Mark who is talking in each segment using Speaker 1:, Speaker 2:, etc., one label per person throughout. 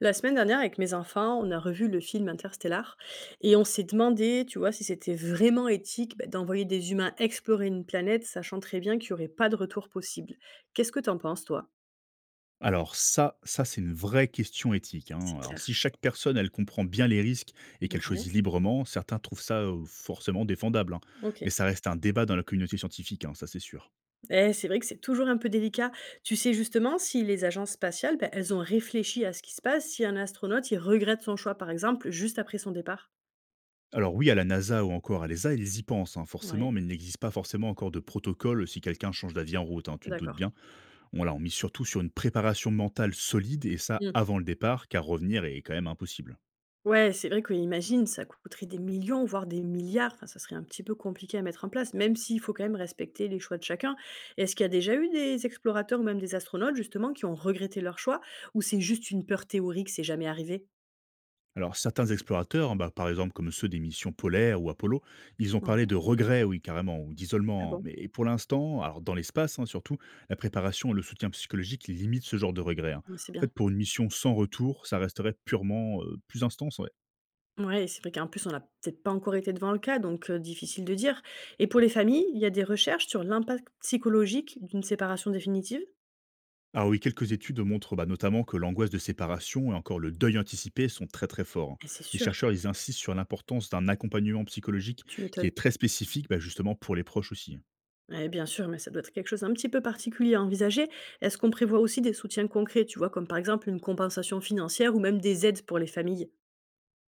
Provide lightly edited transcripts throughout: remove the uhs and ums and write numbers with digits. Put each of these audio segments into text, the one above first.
Speaker 1: La semaine dernière, avec mes enfants, on a revu le film Interstellar et on s'est demandé, tu vois, si c'était vraiment éthique bah, d'envoyer des humains explorer une planète, sachant très bien qu'il n'y aurait pas de retour possible. Qu'est-ce que t'en penses, toi?
Speaker 2: Alors ça c'est une vraie question éthique, hein.
Speaker 1: C'est
Speaker 2: Alors si
Speaker 1: clair.
Speaker 2: chaque personne, elle comprend bien les risques et qu'elle
Speaker 1: Ouais.
Speaker 2: choisit librement, certains trouvent ça, forcément défendable, hein.
Speaker 1: Ok.
Speaker 2: Mais ça reste un débat dans la communauté scientifique, hein, ça c'est sûr.
Speaker 1: Eh, c'est vrai que c'est toujours un peu délicat. Tu sais justement si les agences spatiales, bah, elles ont réfléchi à ce qui se passe si un astronaute, il regrette son choix, par exemple, juste après son départ.
Speaker 2: Alors oui, à la NASA ou encore à l'ESA, ils y pensent, hein, forcément,
Speaker 1: Ouais.
Speaker 2: mais il n'existe pas forcément encore de protocole si quelqu'un change d'avis en route, hein, tu te doutes
Speaker 1: D'accord.
Speaker 2: bien. On là, on mise surtout sur une préparation mentale solide et ça avant le départ, car revenir est quand même impossible.
Speaker 1: Ouais, c'est vrai que, imagine, ça coûterait des millions, voire des milliards. Enfin, ça serait un petit peu compliqué à mettre en place, même s'il faut quand même respecter les choix de chacun. Est-ce qu'il y a déjà eu des explorateurs ou même des astronautes, justement, qui ont regretté leur choix? Ou c'est juste une peur théorique, c'est jamais arrivé?
Speaker 2: Alors, certains explorateurs, hein, bah, par exemple comme ceux des missions polaires ou Apollo, ils ont parlé de
Speaker 1: Ouais.
Speaker 2: regrets, oui, carrément, ou
Speaker 1: Ah
Speaker 2: d'isolement, hein.
Speaker 1: bon?
Speaker 2: Mais pour l'instant, alors dans l'espace hein, surtout, la préparation et le soutien psychologique limitent ce genre de regrets, hein.
Speaker 1: Ouais, c'est
Speaker 2: En
Speaker 1: bien.
Speaker 2: fait, pour une mission sans retour, ça resterait purement plus intense. Ouais.
Speaker 1: Ouais, c'est vrai qu'en plus, on n'a peut-être pas encore été devant le cas, donc difficile de dire. Et pour les familles, il y a des recherches sur l'impact psychologique d'une séparation définitive?
Speaker 2: Ah oui, quelques études montrent bah, notamment que l'angoisse de séparation et encore le deuil anticipé sont très très forts, hein.
Speaker 1: Et c'est
Speaker 2: Les
Speaker 1: sûr,
Speaker 2: chercheurs, ils insistent sur l'importance d'un accompagnement psychologique
Speaker 1: tu
Speaker 2: qui
Speaker 1: m'étonnes.
Speaker 2: est très spécifique, bah, justement pour les proches aussi, hein.
Speaker 1: Ouais, bien sûr, mais ça doit être quelque chose d'un petit peu particulier à envisager. Est-ce qu'on prévoit aussi des soutiens concrets, tu vois, comme par exemple une compensation financière ou même des aides pour les familles?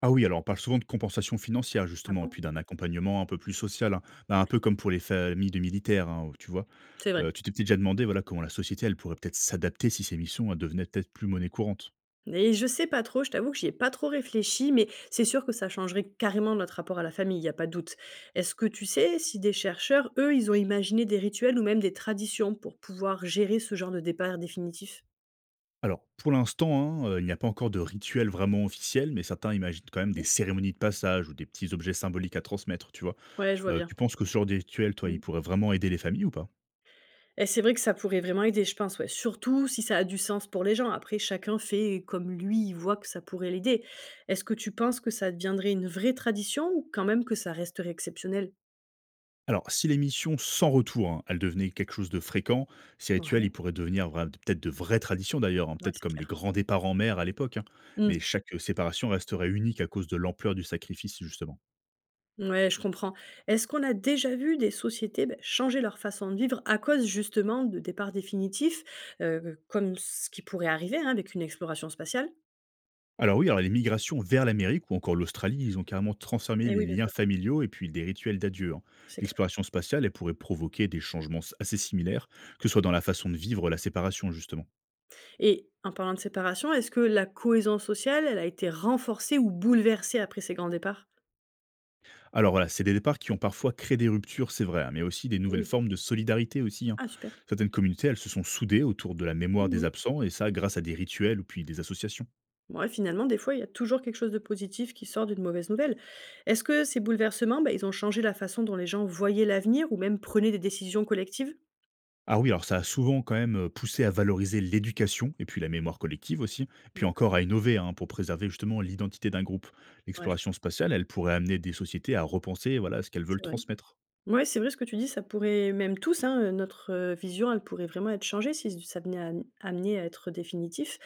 Speaker 2: Ah oui, alors on parle souvent de compensation financière
Speaker 1: Ah
Speaker 2: justement et
Speaker 1: bon?
Speaker 2: puis d'un accompagnement un peu plus social, hein. Bah, un
Speaker 1: Oui,
Speaker 2: peu comme pour les familles de militaires, hein, tu vois?
Speaker 1: c'est vrai.
Speaker 2: Tu t'es peut-être déjà demandé, voilà, comment la société, elle pourrait peut-être s'adapter si ces missions, elles devenaient peut-être plus monnaie courante?
Speaker 1: Et je sais pas trop, je t'avoue que j'y ai pas trop réfléchi, mais c'est sûr que ça changerait carrément notre rapport à la famille, il n'y a pas de doute. Est-ce que tu sais si des chercheurs, eux, ils ont imaginé des rituels ou même des traditions pour pouvoir gérer ce genre de départ définitif?
Speaker 2: Alors pour l'instant, hein, il n'y a pas encore de rituel vraiment officiel, mais certains imaginent quand même des
Speaker 1: Oui.
Speaker 2: cérémonies de passage ou des petits objets symboliques à transmettre, tu vois?
Speaker 1: Ouais, je vois
Speaker 2: Tu
Speaker 1: bien.
Speaker 2: penses que ce genre de rituel, toi, il
Speaker 1: Mmh.
Speaker 2: pourrait vraiment aider les familles ou pas?
Speaker 1: Et c'est vrai que ça pourrait vraiment aider, je pense, ouais. Surtout si ça a du sens pour les gens. Après, chacun fait comme lui, il voit que ça pourrait l'aider. Est-ce que tu penses que ça deviendrait une vraie tradition ou quand même que ça resterait exceptionnel?
Speaker 2: Alors, si l'émission sans retour, hein, elle devenait quelque chose de fréquent, ces rituels, ils
Speaker 1: Ouais,
Speaker 2: pourraient devenir peut-être de vraies traditions d'ailleurs, hein,
Speaker 1: ouais,
Speaker 2: peut-être
Speaker 1: c'est
Speaker 2: comme les
Speaker 1: clair.
Speaker 2: grands départs en mer à l'époque, hein.
Speaker 1: Mmh.
Speaker 2: Mais chaque séparation resterait unique à cause de l'ampleur du sacrifice, justement.
Speaker 1: Ouais, je comprends. Est-ce qu'on a déjà vu des sociétés, beh, changer leur façon de vivre à cause justement de départs définitifs, comme ce qui pourrait arriver, hein, avec une exploration spatiale?
Speaker 2: Alors oui, alors les migrations vers l'Amérique ou encore l'Australie, ils ont carrément transformé
Speaker 1: Eh
Speaker 2: les
Speaker 1: oui, bien
Speaker 2: liens
Speaker 1: sûr,
Speaker 2: familiaux et puis des rituels d'adieu, hein.
Speaker 1: c'est clair.
Speaker 2: L'exploration spatiale, elle pourrait provoquer des changements assez similaires, que ce soit dans la façon de vivre la séparation, justement.
Speaker 1: Et en parlant de séparation, est-ce que la cohésion sociale, elle a été renforcée ou bouleversée après ces grands départs?
Speaker 2: Alors voilà, c'est des départs qui ont parfois créé des ruptures, c'est vrai, hein, mais aussi des nouvelles
Speaker 1: Oui.
Speaker 2: formes de solidarité aussi, hein.
Speaker 1: Ah super.
Speaker 2: Certaines communautés, elles se sont soudées autour de la mémoire des
Speaker 1: Mmh.
Speaker 2: absents, et ça grâce à des rituels ou puis des associations.
Speaker 1: Ouais, finalement, des fois, il y a toujours quelque chose de positif qui sort d'une mauvaise nouvelle. Est-ce que ces bouleversements, bah, ils ont changé la façon dont les gens voyaient l'avenir ou même prenaient des décisions collectives?
Speaker 2: Ah oui, alors ça a souvent quand même poussé à valoriser l'éducation, et puis la mémoire collective aussi, puis
Speaker 1: D'accord.
Speaker 2: encore à innover hein, pour préserver justement l'identité d'un groupe.
Speaker 1: Ouais, je
Speaker 2: L'exploration
Speaker 1: vois.
Speaker 2: spatiale, elle pourrait amener des sociétés à repenser voilà, ce qu'elles veulent
Speaker 1: C'est vrai.
Speaker 2: transmettre.
Speaker 1: Ouais, c'est vrai ce que tu dis, ça pourrait même tous, hein, notre, vision, elle pourrait vraiment être changée si ça venait à amener à être définitif.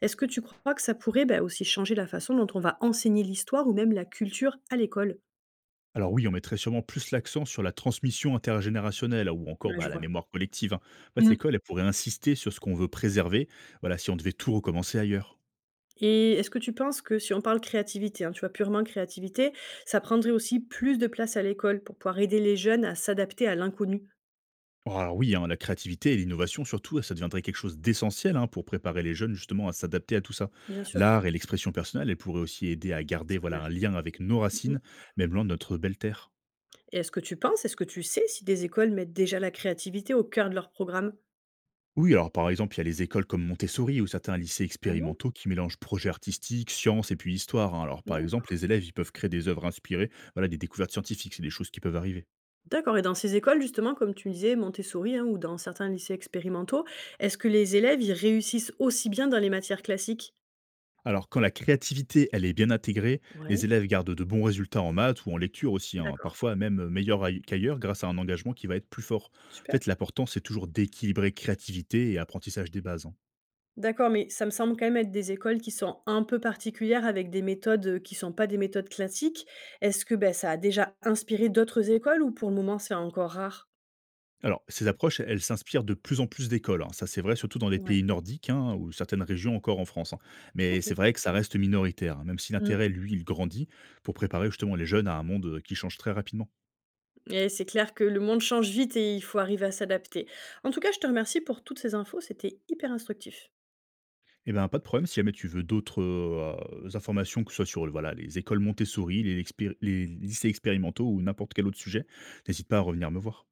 Speaker 1: Est-ce que tu crois que ça pourrait, bah, aussi changer la façon dont on va enseigner l'histoire ou même la culture à l'école?
Speaker 2: Alors oui, on mettrait sûrement plus l'accent sur la transmission intergénérationnelle ou encore
Speaker 1: Ouais,
Speaker 2: bah,
Speaker 1: je
Speaker 2: la
Speaker 1: vois.
Speaker 2: mémoire collective, hein. En fait,
Speaker 1: Mmh.
Speaker 2: l'école, elle pourrait insister sur ce qu'on veut préserver, voilà, si on devait tout recommencer ailleurs.
Speaker 1: Et est-ce que tu penses que si on parle créativité, hein, tu vois, purement créativité, ça prendrait aussi plus de place à l'école pour pouvoir aider les jeunes à s'adapter à l'inconnu?
Speaker 2: Alors oui, hein, la créativité et l'innovation, surtout, ça deviendrait quelque chose d'essentiel hein, pour préparer les jeunes justement à s'adapter à tout ça.
Speaker 1: Bien sûr,
Speaker 2: L'art et l'expression personnelle, elles pourraient aussi aider à garder
Speaker 1: c'est
Speaker 2: voilà,
Speaker 1: clair.
Speaker 2: un lien avec nos
Speaker 1: Mmh.
Speaker 2: racines, même loin de notre belle terre.
Speaker 1: Et est-ce que tu penses, est-ce que tu sais si des écoles mettent déjà la créativité au cœur de leur programme?
Speaker 2: Oui, alors par exemple, il y a les écoles comme Montessori ou certains lycées
Speaker 1: Ah non?
Speaker 2: expérimentaux qui mélangent projets artistiques, sciences et puis histoire, hein. Alors par exemple, les élèves, ils peuvent créer des œuvres inspirées, voilà, des découvertes scientifiques, c'est des choses qui peuvent arriver.
Speaker 1: D'accord, et dans ces écoles justement, comme tu me disais, Montessori, hein, ou dans certains lycées expérimentaux, est-ce que les élèves, ils réussissent aussi bien dans les matières classiques?
Speaker 2: Alors quand la créativité, elle est bien intégrée,
Speaker 1: Ouais,
Speaker 2: les élèves gardent de bons résultats en maths ou en lecture aussi, hein,
Speaker 1: d'accord,
Speaker 2: parfois même meilleurs qu'ailleurs grâce à un engagement qui va être plus fort. En
Speaker 1: super.
Speaker 2: fait, l'important, c'est toujours d'équilibrer créativité et apprentissage des bases, hein.
Speaker 1: D'accord, mais ça me semble quand même être des écoles qui sont un peu particulières avec des méthodes, qui sont pas des méthodes classiques. Est-ce que, bah, ça a déjà inspiré d'autres écoles ou pour le moment c'est encore rare?
Speaker 2: Alors, ces approches, elles s'inspirent de plus en plus d'écoles, hein. Ça, c'est vrai, surtout dans les
Speaker 1: Ouais,
Speaker 2: pays nordiques hein, ou certaines régions encore en France, hein. Mais c'est
Speaker 1: OK.
Speaker 2: vrai que ça reste minoritaire, hein, même si
Speaker 1: Mmh.
Speaker 2: l'intérêt, lui, il grandit pour préparer justement les jeunes à un monde qui change très rapidement.
Speaker 1: Et c'est clair que le monde change vite et il faut arriver à s'adapter. En tout cas, je te remercie pour toutes ces infos, c'était hyper instructif.
Speaker 2: Eh bien, pas de problème si jamais tu veux d'autres informations, que ce soit sur voilà, les écoles Montessori, les lycées expérimentaux ou n'importe quel autre sujet, n'hésite pas à revenir me voir.